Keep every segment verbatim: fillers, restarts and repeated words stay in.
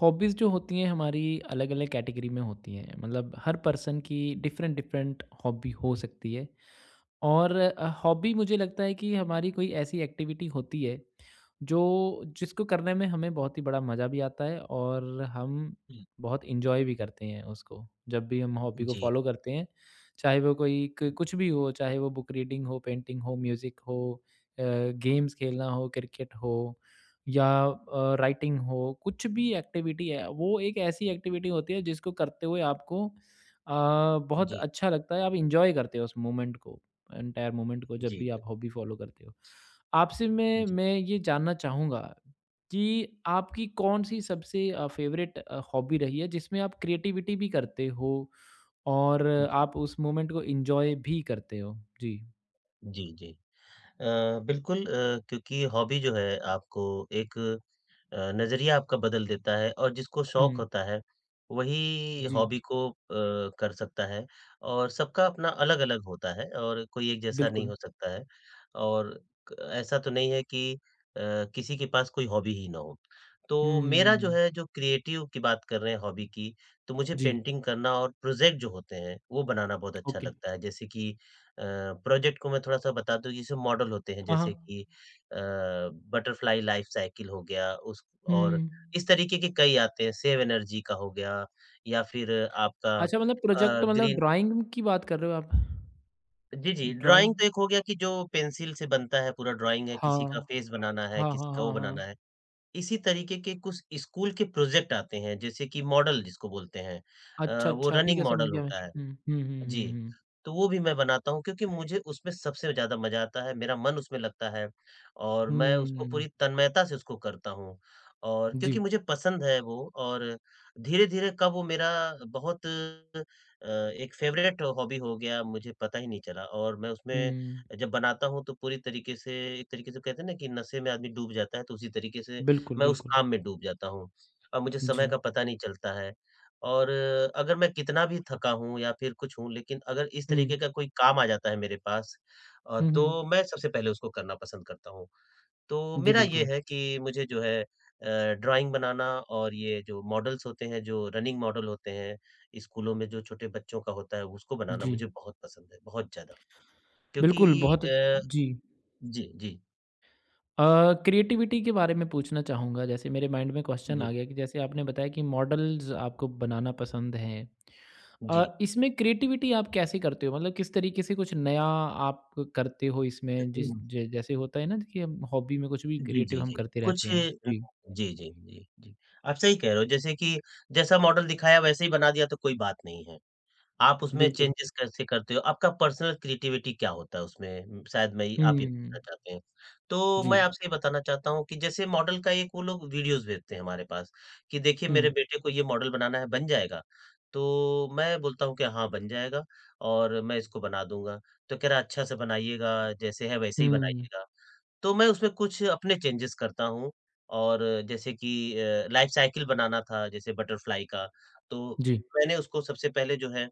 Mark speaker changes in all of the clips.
Speaker 1: Hobbies जो होती हैं हमारी अलग अलग कैटेगरी में होती हैं मतलब हर पर्सन की डिफरेंट डिफरेंट हॉबी हो सकती है। और हॉबी मुझे लगता है कि हमारी कोई ऐसी एक्टिविटी होती है जो जिसको करने में हमें बहुत ही बड़ा मज़ा भी आता है और हम
Speaker 2: हुँ,
Speaker 1: बहुत इंजॉय भी करते हैं उसको, जब भी हम हॉबी को
Speaker 2: जी,
Speaker 1: फॉलो करते हैं। चाहे वो कोई क- कुछ भी हो, चाहे वो बुक रीडिंग हो, पेंटिंग हो, म्यूज़िक हो, गेम्स खेलना हो, क्रिकेट हो या अ, राइटिंग हो, कुछ भी एक्टिविटी है, वो एक ऐसी एक्टिविटी होती है जिसको करते हुए आपको अ, बहुत
Speaker 2: जी,
Speaker 1: अच्छा लगता है। आप इंजॉय करते हो उस मोमेंट को, एंटायर मोमेंट को, जब
Speaker 2: जी,
Speaker 1: भी आप हॉबी फॉलो करते हो। आपसे
Speaker 2: जी,
Speaker 1: मैं
Speaker 2: जी,
Speaker 1: मैं ये जानना चाहूँगा कि आपकी कौन सी सबसे फेवरेट हॉबी रही है जिसमें आप क्रिएटिविटी भी करते हो और
Speaker 2: जी,
Speaker 1: आप उस मोमेंट को इंजॉय भी करते हो। जी।
Speaker 2: जी। जी। अ, बिल्कुल अ, क्योंकि हॉबी जो है आपको एक अ, नज़रिया आपका बदल देता है और जिसको शौक
Speaker 1: हम्म।
Speaker 2: होता है, वही
Speaker 1: जी।
Speaker 2: हॉबी को अ, कर सकता है और सबका अपना अलग-अलग होता है और कोई एक जैसा नहीं
Speaker 1: बिल्कुल।
Speaker 2: हो सकता है और क ऐसा तो नहीं है कि अ, किसी के पास कोई हॉबी ही ना हो। तो मेरा जो
Speaker 1: हम्म।
Speaker 2: है जो क्रिएटिव की बात कर रहे हैं हॉबी की, तो मुझे
Speaker 1: जी।
Speaker 2: पेंटिंग करना और प्रोजेक्ट जो होते हैं, वो बनाना बहुत अच्छा
Speaker 1: ओके।
Speaker 2: लगता है। जैसे कि अ, प्रोजेक्ट को मैं थोड़ा-सा बता दूँ, जैसे मॉडल होते हैं
Speaker 1: हाँ, हाँ।
Speaker 2: जैसे कि अ, बटरफ्लाई लाइफ़ साइकिल हो गया, उस और
Speaker 1: हुँ।
Speaker 2: इस तरीके के कई आते हैं, सेव एनर्जी का हो गया या फिर आपका
Speaker 1: अच्छा, मतलब प्रोजेक्ट
Speaker 2: अ,
Speaker 1: मतलब
Speaker 2: ग्रीन
Speaker 1: ड्राइंग की बात कर रहे हो आप?
Speaker 2: जी, जी,
Speaker 1: ड्राइंग।
Speaker 2: ड्राइंग तो एक हो गया कि जो पेंसिल से बनता है पूरा ड्राइंग है, किसी का
Speaker 1: हाँ।
Speaker 2: फेस बनाना है,
Speaker 1: हाँ,
Speaker 2: किसी
Speaker 1: हाँ,
Speaker 2: का वो
Speaker 1: हाँ,
Speaker 2: बनाना
Speaker 1: हाँ।
Speaker 2: है। इसी तरीके के कुछ स्कूल के प्रोजेक्ट आते हैं, जैसे कि मॉडल जिसको बोलते हैं
Speaker 1: अच्छा,
Speaker 2: अ, वो
Speaker 1: अच्छा, ठीक
Speaker 2: रनिंग
Speaker 1: है, समझ
Speaker 2: मॉडल
Speaker 1: गया मैं।
Speaker 2: होता है।
Speaker 1: हुँ, हुँ, हुँ, हुँ,
Speaker 2: जी,
Speaker 1: हुँ।
Speaker 2: तो वो भी मैं बनाता हूँ क्योंकि मुझे उसमें सबसे ज़्यादा मज़ा आता है, मेरा मन उसमें लगता है और मैं उसको पूरी
Speaker 1: हुँ,
Speaker 2: तन्मयता से उसको करता हूँ और
Speaker 1: जी।
Speaker 2: क्योंकि मुझे पसंद है वो और धीरे-धीरे कब वो मेरा बहुत अ, एक फ़ेवरेट हॉबी हो गया, मुझे पता ही नहीं चला और मैं उसमें
Speaker 1: हुँ,
Speaker 2: जब बनाता हूँ तो पूरी तरीके से एक तरीके से कहते हैं ना कि नशे में आदमी डूब जाता है, तो उसी तरीके से
Speaker 1: बिल्कुल,
Speaker 2: मैं उस
Speaker 1: बिल्कुल।
Speaker 2: काम में डूब जाता हूँ और मुझे समय
Speaker 1: जी।
Speaker 2: का पता नहीं चलता है। और अ, अगर मैं कितना भी थका हूँ या फिर कुछ हूँ, लेकिन अगर इस
Speaker 1: हुँ।
Speaker 2: तरीके का कोई काम आ जाता है मेरे पास अ,
Speaker 1: हुँ, हुँ।
Speaker 2: तो मैं सबसे पहले उसको करना पसंद करता हूँ। तो
Speaker 1: जी,
Speaker 2: मेरा ये
Speaker 1: बिल्कुल।
Speaker 2: है कि मुझे जो है अ, ड्राइंग बनाना और ये जो मॉडल्स होते हैं, जो रनिंग मॉडल होते हैं, स्कूलों में जो छोटे बच्चों का होता है, उसको बनाना
Speaker 1: जी।
Speaker 2: मुझे बहुत पसंद है, बहुत ज़्यादा।
Speaker 1: बिल्कुल,
Speaker 2: क्योंकि
Speaker 1: बहुत अच्छ-।
Speaker 2: अ,
Speaker 1: जी।
Speaker 2: जी, जी,
Speaker 1: अ, क्रिएटिविटी के बारे में पूछना चाहूँगा, जैसे मेरे माइंड में क्वेश्चन आ
Speaker 2: जी,
Speaker 1: गया कि जैसे आपने बताया कि मॉडल्स आपको बनाना पसंद है। अ, इसमें क्रिएटिविटी आप कैसे करते हो? मतलब किस तरीके से कुछ नया आप करते हो इसमें,
Speaker 2: जी।
Speaker 1: जिस ज जैसे होता है ना कि हम हॉबी में कुछ भी
Speaker 2: जी,
Speaker 1: क्रिएटिव
Speaker 2: जी,
Speaker 1: हम
Speaker 2: जी।
Speaker 1: करते
Speaker 2: कुछ
Speaker 1: रहते
Speaker 2: अ,
Speaker 1: हैं। जी,
Speaker 2: जी, जी, जी, जी। आप सही कह रहे हो जैसे कि जैसा मॉडल दिखाया वैसे ही बना दिया तो कोई बात नहीं है। आप उसमें
Speaker 1: बिल्कुल।
Speaker 2: चेंजेस कैसे करते हो? आपका पर्सनल क्रिएटिविटी क्या होता है उसमें? म, शायद मैं आप ये
Speaker 1: हुँ,
Speaker 2: पूछना चाहते हैं। तो
Speaker 1: जी।
Speaker 2: मैं आपसे ये बताना चाहता हूँ कि जैसे मॉडल का एक वो लोग वीडियोज़ भेजते हैं हमारे पास कि देखिए मेरे
Speaker 1: हुँ,
Speaker 2: बेटे को ये मॉडल बनाना है, बन जाएगा? तो मैं बोलता हूँ कि हाँ, बन जाएगा और मैं इसको बना दूँगा। तो कह रहा अच्छा से बनाइएगा, जैसे है वैसे ही
Speaker 1: हुँ,
Speaker 2: बनाइएगा। तो मैं उसमें कुछ अपने चेंजेस करता हूँ और जैसे कि अ, लाइफ़ साइकिल बनाना था जैसे बटरफ्लाई का, तो
Speaker 1: जी।
Speaker 2: मैंने उसको सबसे पहले जो है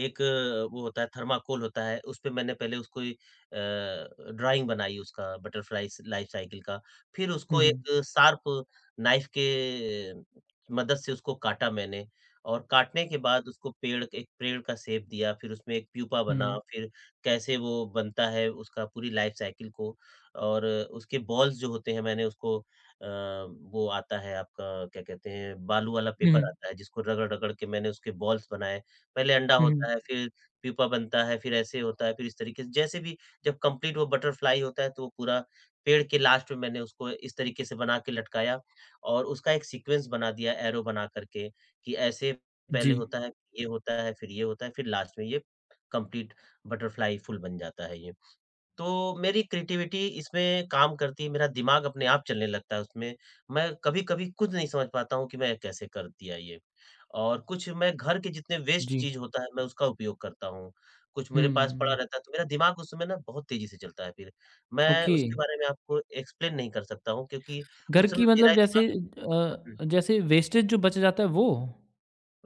Speaker 2: एक अ, वो होता है थर्माकोल होता है, उसपे मैंने पहले उसको ए अ, ड्राइंग बनाई उसका बटरफ्लाई स लाइफ साइकिल का। फिर
Speaker 1: हुँ,
Speaker 2: उसको
Speaker 1: हुँ,
Speaker 2: एक शार्प नाइफ के मदद से उसको काटा मैंने और काटने के बाद उसको पेड़ एक पेड़ का शेप दिया, फिर उसमें एक प्यूपा बना,
Speaker 1: हुँ,
Speaker 2: फिर कैसे वो बनता है उसका पूरी लाइफ साइकिल को और उसके बॉल्स जो होते हैं मैंने उसको अ, वो आता है आपका क्या कहते हैं बालू वाला
Speaker 1: हुँ,
Speaker 2: पेपर आता है जिसको रगड़-रगड़ के मैंने उसके बॉल्स बनाए। पहले अंडा
Speaker 1: हुँ, हुँ,
Speaker 2: होता है, फिर प्यूपा बनता है, फिर ऐसे होता है, फिर इस तरीके से जैसे भी जब कंप्लीट वो बटरफ्लाई होता है, तो वो पूरा पेड़ के लास्ट में मैंने उसको इस तरीके से बना के लटकाया और उसका एक सीक्वेंस बना दिया एरो बना करके कि ऐसे
Speaker 1: जी,
Speaker 2: पहले होता है, ये होता है, फिर ये होता है, फिर लास्ट में ये कंप्लीट बटरफ्लाई फूल बन जाता है ये। तो मेरी क्रिएटिविटी इसमें काम करती है, मेरा दिमाग अपने आप चलने लगता है उसमें। मैं कभी-कभी खुद नहीं समझ पाता हूँ कि मैं कैसे कर दिया ये। और कुछ मैं घर के जितने वेस्ट
Speaker 1: जी।
Speaker 2: चीज़ होता है, मैं उसका उपयोग करता हूँ। कुछ मेरे पास पड़ा
Speaker 1: हुँ,
Speaker 2: रहता है, तो मेरा दिमाग उस समय ना बहुत तेज़ी से चलता है फिर। मैं
Speaker 1: ओके।
Speaker 2: उसके बारे में आपको एक्सप्लेन नहीं कर सकता हूँ क्योंकि
Speaker 1: घर
Speaker 2: उस समय
Speaker 1: की
Speaker 2: मेरा
Speaker 1: मतलब
Speaker 2: ही दिमाग
Speaker 1: जैसे अ, जैसे वेस्टेज जो बच जाता है वो?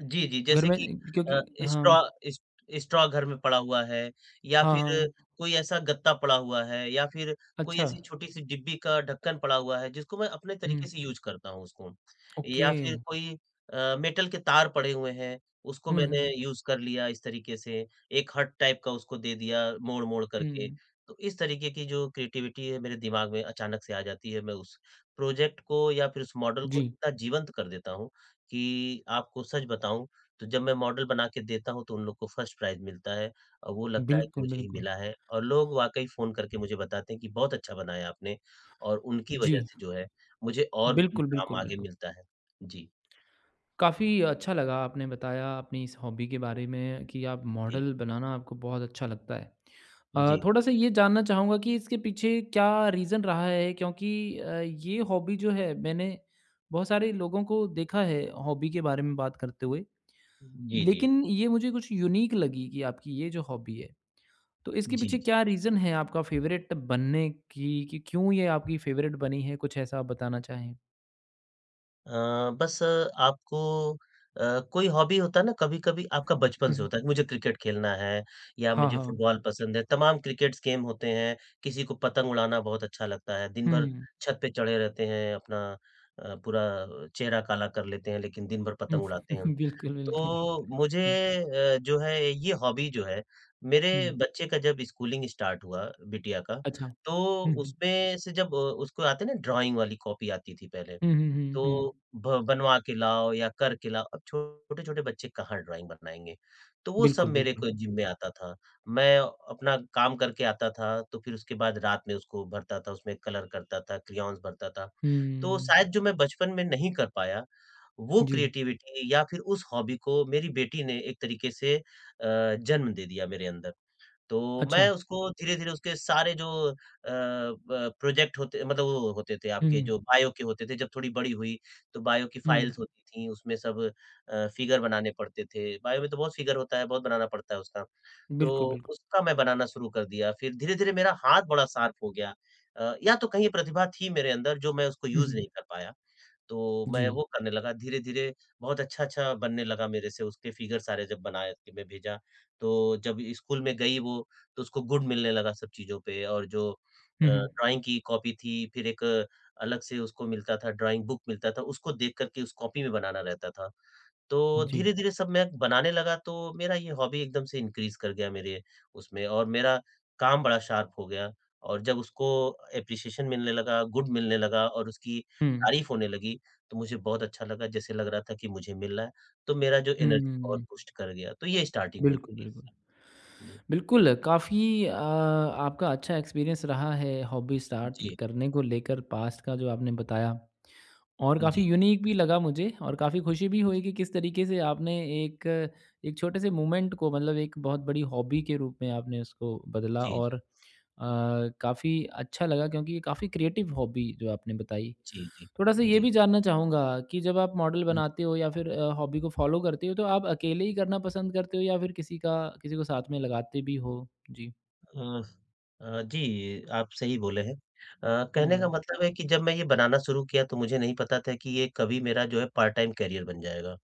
Speaker 2: जी, जी,
Speaker 1: घर
Speaker 2: जैसे
Speaker 1: में
Speaker 2: कि अ,
Speaker 1: क्योंकि
Speaker 2: स्ट्रॉ
Speaker 1: हाँ।
Speaker 2: इस स्ट्रॉ घर में पड़ा हुआ है या
Speaker 1: हाँ,
Speaker 2: फिर
Speaker 1: हाँ।
Speaker 2: कोई ऐसा गत्ता पड़ा हुआ है या फिर कोई
Speaker 1: अच्छा।
Speaker 2: ऐसी छोटी-सी डिब्बी का ढक्कन पड़ा हुआ है, जिसको मैं अपने
Speaker 1: हुँ।
Speaker 2: तरीके से यूज़ करता हूँ उसको।
Speaker 1: ओके।
Speaker 2: या फिर कोई अ, मेटल के तार पड़े हुए हैं, उसको
Speaker 1: हुँ,
Speaker 2: मैंने
Speaker 1: हुँ।
Speaker 2: यूज़ कर लिया इस तरीके से, एक हर्ट टाइप का उसको दे दिया मोड़-मोड़ करके।
Speaker 1: हुँ।
Speaker 2: तो इस तरीके की जो क्रिएटिविटी है मेरे दिमाग में अचानक से आ जाती है, मैं उस प्रोजेक्ट को या फिर उस मॉडल को
Speaker 1: जी।
Speaker 2: इतना जीवंत कर देता हूँ, कि आपको सच बताऊँ, तो जब मैं मॉडल बना के देता हूँ, तो उन लोग को फर्स्ट प्राइज़ मिलता है और वो लगता है कि
Speaker 1: बिल्कुल,
Speaker 2: मुझे ही
Speaker 1: बिल्कुल।
Speaker 2: मिला है और लोग वाक़ई फ़ोन करके मुझे बताते हैं कि बहुत अच्छा बनाया आपने और उनकी
Speaker 1: जी।
Speaker 2: वजह से जो है, मुझे और भी
Speaker 1: बिल्कुल,
Speaker 2: काम
Speaker 1: बिल्कुल,
Speaker 2: आगे
Speaker 1: बिल्कुल।
Speaker 2: मिलता है। जी।
Speaker 1: काफ़ी अच्छा लगा आपने बताया अपनी इस हॉबी के
Speaker 2: जी।
Speaker 1: बारे में कि आप
Speaker 2: जी।
Speaker 1: मॉडल बनाना आपको बहुत अच्छा लगता है। अ,
Speaker 2: जी।
Speaker 1: थोड़ा-सा ये जानना चाहूँगा कि इसके पीछे क्या रीज़न रहा है? क्योंकि अ, ये हॉबी जो है, मैंने बहुत सारे लोगों को देखा है हॉबी के बारे में बात करते हुए,
Speaker 2: जी, जी।
Speaker 1: लेकिन ये मुझे कुछ यूनिक लगी कि आपकी ये जो हॉबी है। तो इसके
Speaker 2: जी,
Speaker 1: पीछे
Speaker 2: जी।
Speaker 1: क्या रीज़न है आपका फेवरेट बनने की, कि क्यों ये आपकी फेवरेट बनी है? कुछ ऐसा आप बताना चाहें?
Speaker 2: अ, बस अ, आपको अ, कोई हॉबी होता है ना कभी-कभी आपका बचपन
Speaker 1: हुँ,
Speaker 2: से
Speaker 1: हुँ।
Speaker 2: होता है कि मुझे क्रिकेट खेलना है या
Speaker 1: हाँ,
Speaker 2: मुझे
Speaker 1: हाँ।
Speaker 2: फुटबॉल पसंद है, तमाम क्रिकेट्स गेम होते हैं, किसी को पतंग उड़ाना बहुत अच्छा लगता है, दिन
Speaker 1: हुँ,
Speaker 2: भर
Speaker 1: हुँ।
Speaker 2: छत पे चढ़े रहते हैं, अपना अ, पूरा चेहरा काला कर लेते हैं, लेकिन दिन भर पतंग उड़ाते हैं।
Speaker 1: बिल्कुल, बिल्कुल।
Speaker 2: तो
Speaker 1: हुँ,
Speaker 2: मुझे अ, जो है ये हॉबी जो है, मेरे
Speaker 1: हुँ,
Speaker 2: बच्चे का जब स्कूलिंग स्टार्ट हुआ, बिटिया का,
Speaker 1: अच्छा।
Speaker 2: तो
Speaker 1: हुँ, हुँ।
Speaker 2: उसमें से जब अ, उसको आते हैं ना ड्राइंग वाली कॉपी आती थी पहले,
Speaker 1: हुँ, हुँ, हुँ, हुँ।
Speaker 2: तो ब बनवा के लाओ या कर के लाओ, अब छोटे-छोटे बच्चे कहाँ ड्राइंग बनाएँगे? तो वो सब
Speaker 1: बिल्कुल,
Speaker 2: मेरे
Speaker 1: बिल्कुल।
Speaker 2: को जिम्मे आता था। मैं अपना काम करके आता था, तो फिर उसके बाद रात में उसको भरता था, उसमें कलर करता था, क्रेयॉन्स भरता था। तो
Speaker 1: हुँ,
Speaker 2: शायद जो मैं बचपन में नहीं कर पाया, वो
Speaker 1: जी,
Speaker 2: क्रिएटिविटी या फिर उस हॉबी को मेरी बेटी ने एक तरीके से अ, जन्म दे दिया मेरे अंदर। तो मैं
Speaker 1: अच्छा।
Speaker 2: उसको धीरे-धीरे उसके सारे जो अ, ब प्रोजेक्ट होते मतलब वो होते थे
Speaker 1: हुँ,
Speaker 2: आपके
Speaker 1: हुँ,
Speaker 2: जो बायो के होते थे, जब थोड़ी बड़ी हुई, तो बायो की
Speaker 1: हुँ।
Speaker 2: फाइल्स होती थी, उसमें सब अ, फिगर बनाने पड़ते थे। बायो में तो बहुत फिगर होता है, बहुत बनाना पड़ता है उसका।
Speaker 1: बिल्कुल,
Speaker 2: तो
Speaker 1: बिल्कुल।
Speaker 2: उसका मैं बनाना शुरू कर दिया, फिर धीरे-धीरे मेरा हाथ बड़ा शार्प हो गया अ, या तो कहीं ये प्रतिभा थी मेरे अंदर जो मैं उसको
Speaker 1: हुँ,
Speaker 2: यूज़
Speaker 1: हुँ,
Speaker 2: नहीं कर पाया। तो मैं
Speaker 1: जी।
Speaker 2: वो करने लगा धीरे-धीरे बहुत अच्छा-अच्छा बनने लगा मेरे से उसके फिगर सारे जब बनाए के मैं भेजा, तो जब स्कूल में गई वो तो उसको गुड मिलने लगा सब चीज़ों पे और जो अ,
Speaker 1: हुँ, हुँ,
Speaker 2: ड्राइंग की कॉपी थी फिर एक अलग से उसको मिलता था ड्राइंग बुक मिलता था उसको देख कर के उस कॉपी में बनाना रहता था। तो
Speaker 1: जी।
Speaker 2: धीरे-धीरे सब मैं बनाने लगा तो मेरा ये हॉबी एकदम से इंक्रीज़ कर गया मेरे उसमें और मेरा काम बड़ा शार्प हो गया और जब उसको एप्रिसिएशन मिलने लगा, गुड मिलने लगा और उसकी
Speaker 1: हुँ।
Speaker 2: तारीफ़ होने लगी, तो मुझे बहुत अच्छा लगा जैसे लग रहा था कि मुझे मिल रहा है, तो मेरा जो एनर्जी और
Speaker 1: हुँ,
Speaker 2: बूस्ट कर गया, तो ये स्टार्टिंग हुई
Speaker 1: बिल्कुल,
Speaker 2: मेरी
Speaker 1: बिल्कुल।
Speaker 2: इससे। जी,
Speaker 1: बिल्कुल, काफ़ी अ, आपका अच्छा एक्सपीरियंस रहा है हॉबी स्टार्ट
Speaker 2: जी,
Speaker 1: करने को लेकर, पास्ट का जो आपने बताया। और काफ़ी
Speaker 2: जी,
Speaker 1: यूनिक भी लगा मुझे और काफ़ी खुशी भी
Speaker 2: जी,
Speaker 1: हुई कि किस तरीके से आपने एक एक छोटे से मूवमेंट को, मतलब एक बहुत बड़ी हॉबी के रूप में आपने उसको बदला
Speaker 2: जी,
Speaker 1: और काफ़ी अच्छा लगा, क्योंकि ये काफ़ी क्रिएटिव हॉबी जो आपने बताई।
Speaker 2: जी, जी,
Speaker 1: थोड़ा सा ये
Speaker 2: जी,
Speaker 1: भी जानना चाहूँगा कि जब आप मॉडल
Speaker 2: जी।
Speaker 1: बनाते हो या फिर अ, हॉबी को फ़ॉलो करते हो, तो आप अकेले ही करना पसंद करते हो या फिर किसी का किसी को साथ में लगाते भी हो? जी।
Speaker 2: अ, अ, जी, आप सही बोले हैं। अ, कहने का
Speaker 1: हुँ।
Speaker 2: मतलब है कि जब मैं ये बनाना शुरू किया तो मुझे नहीं पता था कि ये कभी मेरा जो है पार्ट टाइम करियर बन जाएगा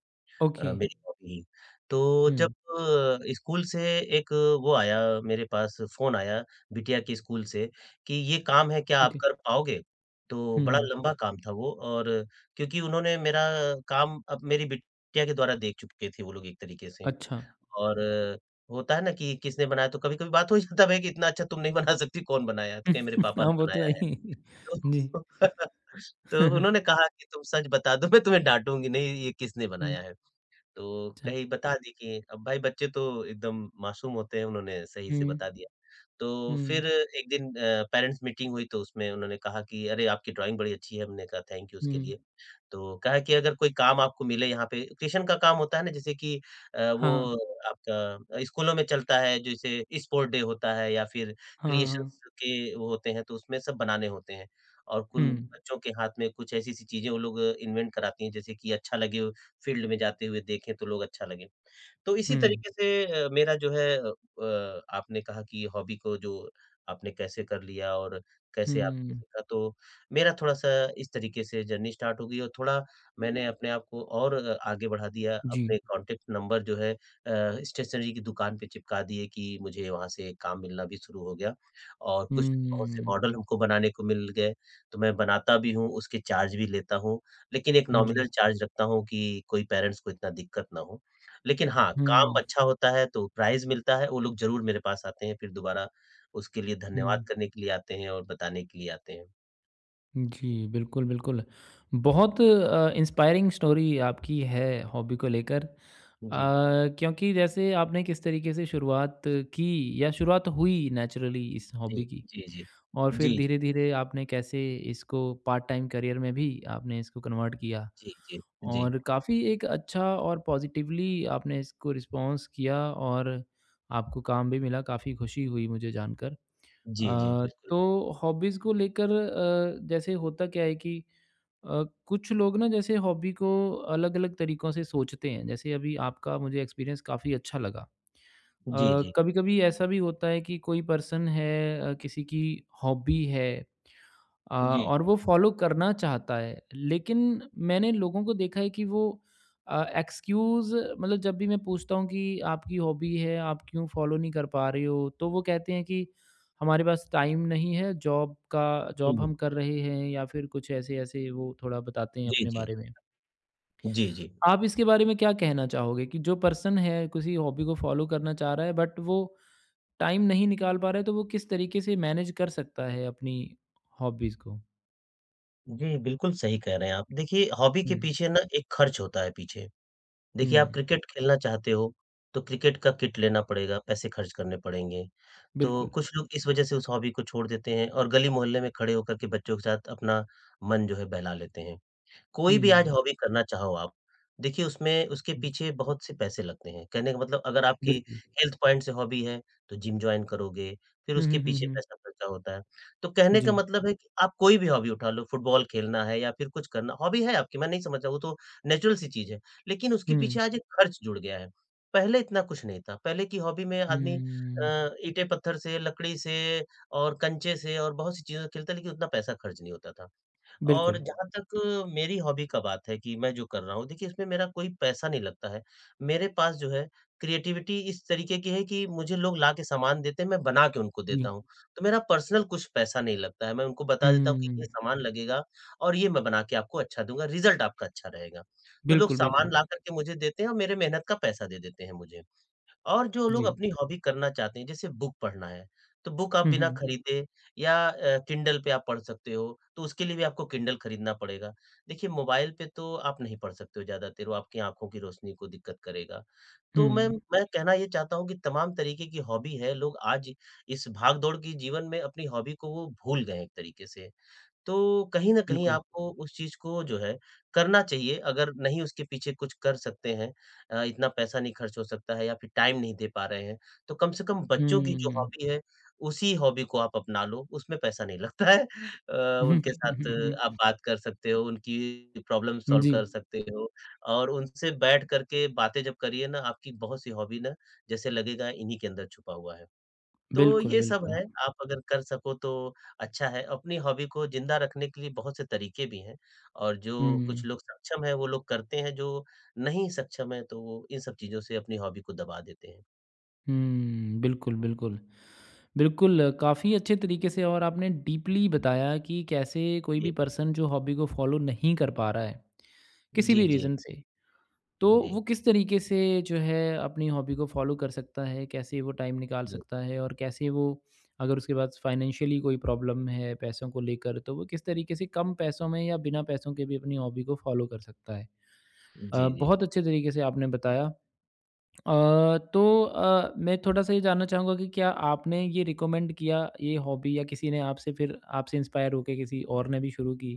Speaker 1: ओके।
Speaker 2: अ, मेरी हॉबी। तो जब
Speaker 1: हुँ।
Speaker 2: अ, स्कूल से एक वो आया मेरे पास फ़ोन आया बिटिया के स्कूल से कि ये काम है क्या आप
Speaker 1: ओके।
Speaker 2: कर पाओगे? तो
Speaker 1: हुँ,
Speaker 2: बड़ा
Speaker 1: हुँ।
Speaker 2: लंबा काम था वो और क्योंकि उन्होंने मेरा काम अब मेरी बिटिया के द्वारा देख चुके थे वो लोग एक तरीके से।
Speaker 1: अच्छा।
Speaker 2: और अ, होता है ना कि किसने बनाया तो कभी-कभी बात हो जाता है भाई कि इतना अच्छा तुम नहीं बना सकती कौन बनाया? तो कहे मेरे पापा
Speaker 1: हाँ,
Speaker 2: ने
Speaker 1: वो तो
Speaker 2: बनाया
Speaker 1: है
Speaker 2: है।
Speaker 1: ही। जी।
Speaker 2: तो तो उन्होंने कहा कि तुम सच बता दो मैं तुम्हें डाँटूँगी नहीं ये किसने
Speaker 1: हुँ,
Speaker 2: बनाया है? तो
Speaker 1: अच्छा।
Speaker 2: कहीं बता दी कि अब भाई बच्चे तो एकदम मासूम होते हैं, उन्होंने सही से
Speaker 1: हुँ,
Speaker 2: बता दिया। तो
Speaker 1: हुँ,
Speaker 2: फिर एक दिन अ, पेरेंट्स मीटिंग हुई तो उसमें उन्होंने कहा कि अरे आपकी ड्राइंग बड़ी अच्छी है, हमने कहा थैंक यू उसके
Speaker 1: हुँ।
Speaker 2: लिए। तो कहा कि अगर कोई काम आपको मिले यहाँ पे ट्यूशन का काम होता है ना जैसे कि अ, वो
Speaker 1: हाँ,
Speaker 2: आपका स्कूलों में चलता है जैसे स्पोर्ट डे होता है या फिर
Speaker 1: हाँ, हाँ, हाँ।
Speaker 2: क्रिएशंस के वो होते हैं तो उसमें सब बनाने होते हैं। और
Speaker 1: हुँ,
Speaker 2: कुन बच्चों के हाथ में कुछ ऐसी-ऐसी चीज़ें वो लोग इन्वेंट कराती हैं जैसे कि अच्छा लगे फील्ड में जाते हुए देखें तो लोग अच्छा लगे। तो इसी
Speaker 1: हुँ,
Speaker 2: तरीके से अ, मेरा जो है अ अ, आपने कहा कि हॉबी को जो आपने कैसे कर लिया और कैसे आपने
Speaker 1: हुँ।
Speaker 2: सीखा, तो मेरा थोड़ा-सा इस तरीके से जर्नी स्टार्ट हो गई और थोड़ा मैंने अपने आप को और अ, आगे बढ़ा दिया।
Speaker 1: जी।
Speaker 2: अपने कॉन्टैक्ट नंबर जो है अ, स्टेशनरी की दुकान पे चिपका दिए कि मुझे वहाँ से काम मिलना भी शुरू हो गया और कुछ बहुत से
Speaker 1: हुँ,
Speaker 2: मॉडल हमको बनाने को मिल गए, तो मैं बनाता भी हूँ, उसके चार्ज भी लेता हूँ, लेकिन एक
Speaker 1: जी।
Speaker 2: नॉमिनल चार्ज रखता हूँ कि कोई पेरेंट्स को इतना दिक्कत ना हो। लेकिन हाँ, काम
Speaker 1: हुँ,
Speaker 2: अच्छा होता है तो प्राइज़ मिलता है, वो लोग ज़रूर मेरे पास आते हैं, फिर दोबारा उसके लिए
Speaker 1: हुँ।
Speaker 2: धन्यवाद करने के लिए आते हैं और बताने के लिए आते हैं।
Speaker 1: जी, बिल्कुल, बिल्कुल। बहुत अ, इंस्पायरिंग स्टोरी आपकी है हॉबी को लेकर। अ,
Speaker 2: जी,
Speaker 1: क्योंकि जैसे आपने किस तरीके से शुरुआत की, या शुरुआत हुई नेचुरली इस
Speaker 2: जी,
Speaker 1: हॉबी की,
Speaker 2: जी, जी।
Speaker 1: और फिर
Speaker 2: जी,
Speaker 1: धीरे-धीरे आपने कैसे इसको पार्ट टाइम करियर में भी आपने इसको कन्वर्ट किया।
Speaker 2: जी, जी, जी, जी।
Speaker 1: और काफ़ी एक अच्छा और पॉजिटिवली आपने इसको रिस्पॉन्स किया और आपको काम भी मिला, काफ़ी खुशी हुई मुझे जानकर।
Speaker 2: जी, जी,
Speaker 1: अ,
Speaker 2: बिल्कुल।
Speaker 1: तो हॉबीज़ को लेकर अ, जैसे होता क्या है कि अ, कुछ लोग ना, जैसे हॉबी को अलग-अलग तरीकों से सोचते हैं, जैसे अभी आपका मुझे एक्सपीरियंस काफ़ी अच्छा लगा।
Speaker 2: जी,
Speaker 1: अ,
Speaker 2: जी,
Speaker 1: कभी-कभी ऐसा भी होता है कि कोई पर्सन है, अ, किसी की हॉबी है, अ,
Speaker 2: जी।
Speaker 1: और वो फॉलो करना चाहता है। लेकिन मैंने लोगों को देखा है कि वो अ, एक्सक्यूज़, मतलब जब भी मैं पूछता हूँ कि आपकी हॉबी है, आप क्यों फॉलो नहीं कर पा रहे हो? तो वो कहते हैं कि हमारे पास टाइम नहीं है, जॉब का जॉब
Speaker 2: हुँ।
Speaker 1: हम कर रहे हैं, या फिर कुछ ऐसे-ऐसे वो थोड़ा बताते हैं
Speaker 2: जी,
Speaker 1: अपने
Speaker 2: जी,
Speaker 1: बारे में।
Speaker 2: जी, जी।
Speaker 1: आप इसके बारे में क्या कहना चाहोगे कि जो पर्सन है किसी हॉबी को फॉलो करना चाह रहा है, बट वो टाइम नहीं निकाल पा रहा है, तो वो किस तरीके से मैनेज कर सकता है अपनी हॉबीज़ को?
Speaker 2: जी, बिल्कुल सही कह रहे हैं आप। देखिए, हॉबी के
Speaker 1: हुँ,
Speaker 2: पीछे ना एक खर्च होता है पीछे।
Speaker 1: हुँ।
Speaker 2: देखिए, आप क्रिकेट खेलना चाहते हो, तो क्रिकेट का किट लेना पड़ेगा, पैसे खर्च करने पड़ेंगे। तो
Speaker 1: बिल्कुल।
Speaker 2: कुछ लोग इस वजह से उस हॉबी को छोड़ देते हैं और गली-मोहल्ले में खड़े होकर के बच्चों के साथ अपना मन जो है बहला लेते हैं। कोई भी आज
Speaker 1: हुँ,
Speaker 2: हॉबी करना चाहो आप, देखिए उसमें उसके
Speaker 1: हुँ,
Speaker 2: पीछे बहुत से पैसे लगते हैं। कहने का मतलब अगर आपकी
Speaker 1: बिल्कुल।
Speaker 2: हेल्थ पॉइंट से हॉबी है, तो जिम जॉइन करोगे, फिर
Speaker 1: हुँ,
Speaker 2: उसके
Speaker 1: हुँ, हुँ,
Speaker 2: पीछे
Speaker 1: हुँ।
Speaker 2: पैसा खर्चा होता है। तो कहने का
Speaker 1: जी।
Speaker 2: मतलब है कि आप कोई भी हॉबी उठा लो, फुटबॉल खेलना है या फिर कुछ करना हॉबी है आपकी, मैं नहीं समझ रहा, वो तो नेचुरल सी चीज़ है। लेकिन उसके
Speaker 1: हुँ,
Speaker 2: पीछे आज एक खर्च जुड़ गया है। पहले इतना कुछ नहीं था। पहले की हॉबी में आदमी
Speaker 1: हुँ,
Speaker 2: अ, ईंटे-पत्थर से, लकड़ी से और कंचे से और बहुत सी चीज़ों से खेलता, लेकिन उतना पैसा खर्च नहीं होता था। और
Speaker 1: बिल्कुल।
Speaker 2: जहाँ तक मेरी हॉबी का बात है कि मैं जो कर रहा हूँ, देखिए इसमें मेरा कोई पैसा नहीं लगता है। मेरे पास जो है क्रिएटिविटी इस तरीके की है कि मुझे लोग ला के सामान देते हैं, मैं बना के उनको देता
Speaker 1: जी।
Speaker 2: हूँ। तो मेरा पर्सनल कुछ पैसा नहीं लगता है, मैं उनको बता देता हूँ कि ये
Speaker 1: हुँ,
Speaker 2: सामान लगेगा और ये मैं बना के आपको अच्छा दूँगा, रिज़ल्ट आपका अच्छा रहेगा। तो लोग
Speaker 1: बिल्कुल, बिल्कुल।
Speaker 2: सामान ला कर के मुझे देते हैं और मेरे मेहनत का पैसा दे देते हैं मुझे। और जो लोग
Speaker 1: जी।
Speaker 2: अपनी हॉबी करना चाहते हैं, जैसे बुक पढ़ना है, तो बुक आप
Speaker 1: हुँ,
Speaker 2: बिना
Speaker 1: हुँ,
Speaker 2: खरीदे या अ, किंडल पे आप पढ़ सकते हो, तो उसके लिए भी आपको किंडल खरीदना पड़ेगा। देखिए, मोबाइल पे तो आप नहीं पढ़ सकते हो ज़्यादा देर, वो आपकी आँखों की रोशनी को दिक्कत करेगा। तो मैं
Speaker 1: हुँ,
Speaker 2: मैं कहना ये चाहता हूँ कि तमाम तरीके की हॉबी है, लोग आज इस भाग-दौड़ की जीवन में अपनी हॉबी को वो भूल गए हैं एक तरीके से। तो कहीं न कहीं
Speaker 1: बिल्कुल।
Speaker 2: आपको उस चीज़ को जो है करना चाहिए, अगर नहीं उसके पीछे कुछ कर सकते हैं अ, इतना पैसा नहीं खर्च हो सकता है या फिर टाइम नहीं दे पा रहे हैं, तो कम से कम बच्चों की जो
Speaker 1: हुँ,
Speaker 2: हॉबी है, उसी हॉबी को आप अपना लो, उसमें पैसा नहीं लगता है। अ,
Speaker 1: हुँ,
Speaker 2: उनके
Speaker 1: हुँ, हुँ,
Speaker 2: साथ
Speaker 1: हुँ।
Speaker 2: आप बात कर सकते हो, उनकी प्रॉब्लम सॉल्व
Speaker 1: जी,
Speaker 2: कर सकते हो और उनसे बैठ कर के बातें जब करिए ना, आपकी बहुत सी हॉबी ना जैसे लगेगा इन्हीं के अंदर छुपा हुआ है। तो
Speaker 1: बिल्कुल,
Speaker 2: ये सब
Speaker 1: बिल्कुल।
Speaker 2: है, आप अगर कर सको तो अच्छा है। अपनी हॉबी को ज़िंदा रखने के लिए बहुत से तरीके भी हैं और जो
Speaker 1: हुँ,
Speaker 2: कुछ लोग सक्षम हैं, वो लोग करते हैं, जो नहीं सक्षम हैं, तो वो इन सब चीज़ों से अपनी हॉबी को दबा देते हैं। जी,
Speaker 1: हुँ, बिल्कुल, बिल्कुल। बिल्कुल, काफ़ी अच्छे तरीके से और आपने डीपली बताया कि कैसे कोई भी
Speaker 2: जी,
Speaker 1: पर्सन जो हॉबी को फ़ॉलो नहीं कर पा रहा है, किसी भी
Speaker 2: जी, जी,
Speaker 1: रीज़न से, तो
Speaker 2: जी,
Speaker 1: वो किस तरीके से जो है अपनी हॉबी को फॉलो कर सकता है? कैसे वो टाइम निकाल
Speaker 2: जी,
Speaker 1: सकता है? और कैसे वो, अगर उसके पास फाइनेंशियली कोई प्रॉब्लम है पैसों को लेकर, तो वो किस तरीके से कम पैसों में या बिना पैसों के भी अपनी हॉबी को फॉलो कर सकता है? अ,
Speaker 2: जी, जी।
Speaker 1: बहुत अच्छे तरीके से आपने बताया। अ, तो अ, मैं थोड़ा-सा ये जानना चाहूँगा कि क्या आपने ये रिकमेंड किया ये हॉबी, या किसी ने आपसे फिर आपसे इंस्पायर होके किसी और ने भी शुरू की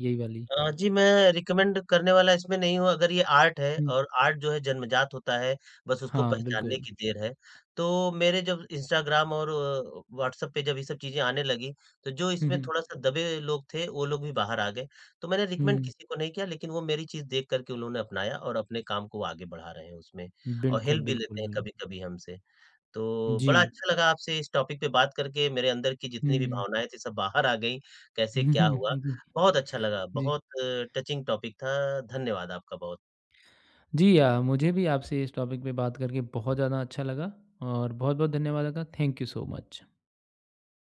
Speaker 1: यही वाली?
Speaker 2: अ, जी, मैं रिकमेंड करने वाला इसमें नहीं हूँ, अगर ये आर्ट है
Speaker 1: हुँ।
Speaker 2: और आर्ट जो है जन्मजात होता है, बस उसको
Speaker 1: हाँ,
Speaker 2: पहचानने
Speaker 1: बिल्कुल।
Speaker 2: की देर है। तो मेरे जब इंस्टाग्राम और अ, व्हाट्सएप पे जब ये सब चीज़ें आने लगी, तो जो
Speaker 1: हुँ,
Speaker 2: इसमें
Speaker 1: हुँ।
Speaker 2: थोड़ा-सा दबे लोग थे, वो लोग भी बाहर आ गए। तो मैंने रिकमेंड
Speaker 1: हुँ।
Speaker 2: किसी को नहीं किया, लेकिन वो मेरी चीज़ देख कर के उन्होंने अपनाया और अपने काम को वो आगे बढ़ा रहे हैं उसमें और
Speaker 1: बिल्कुल,
Speaker 2: हेल्प भी
Speaker 1: बिल्कुल,
Speaker 2: लेते हैं
Speaker 1: बिल्कुल।
Speaker 2: कभी-कभी हमसे। तो
Speaker 1: जी।
Speaker 2: बड़ा अच्छा लगा आपसे इस टॉपिक पे बात करके मेरे अंदर की जितनी भी
Speaker 1: हुँ।
Speaker 2: भावनाएँ थी सब बाहर आ गई, कैसे क्या हुआ?
Speaker 1: जी,
Speaker 2: बहुत अच्छा लगा,
Speaker 1: जी।
Speaker 2: बहुत टचिंग टॉपिक था। धन्यवाद आपका बहुत।
Speaker 1: जी, अ, मुझे भी आपसे इस टॉपिक पे बात करके बहुत ज़्यादा अच्छा लगा और बहुत-बहुत धन्यवाद आपका। Thank you so much.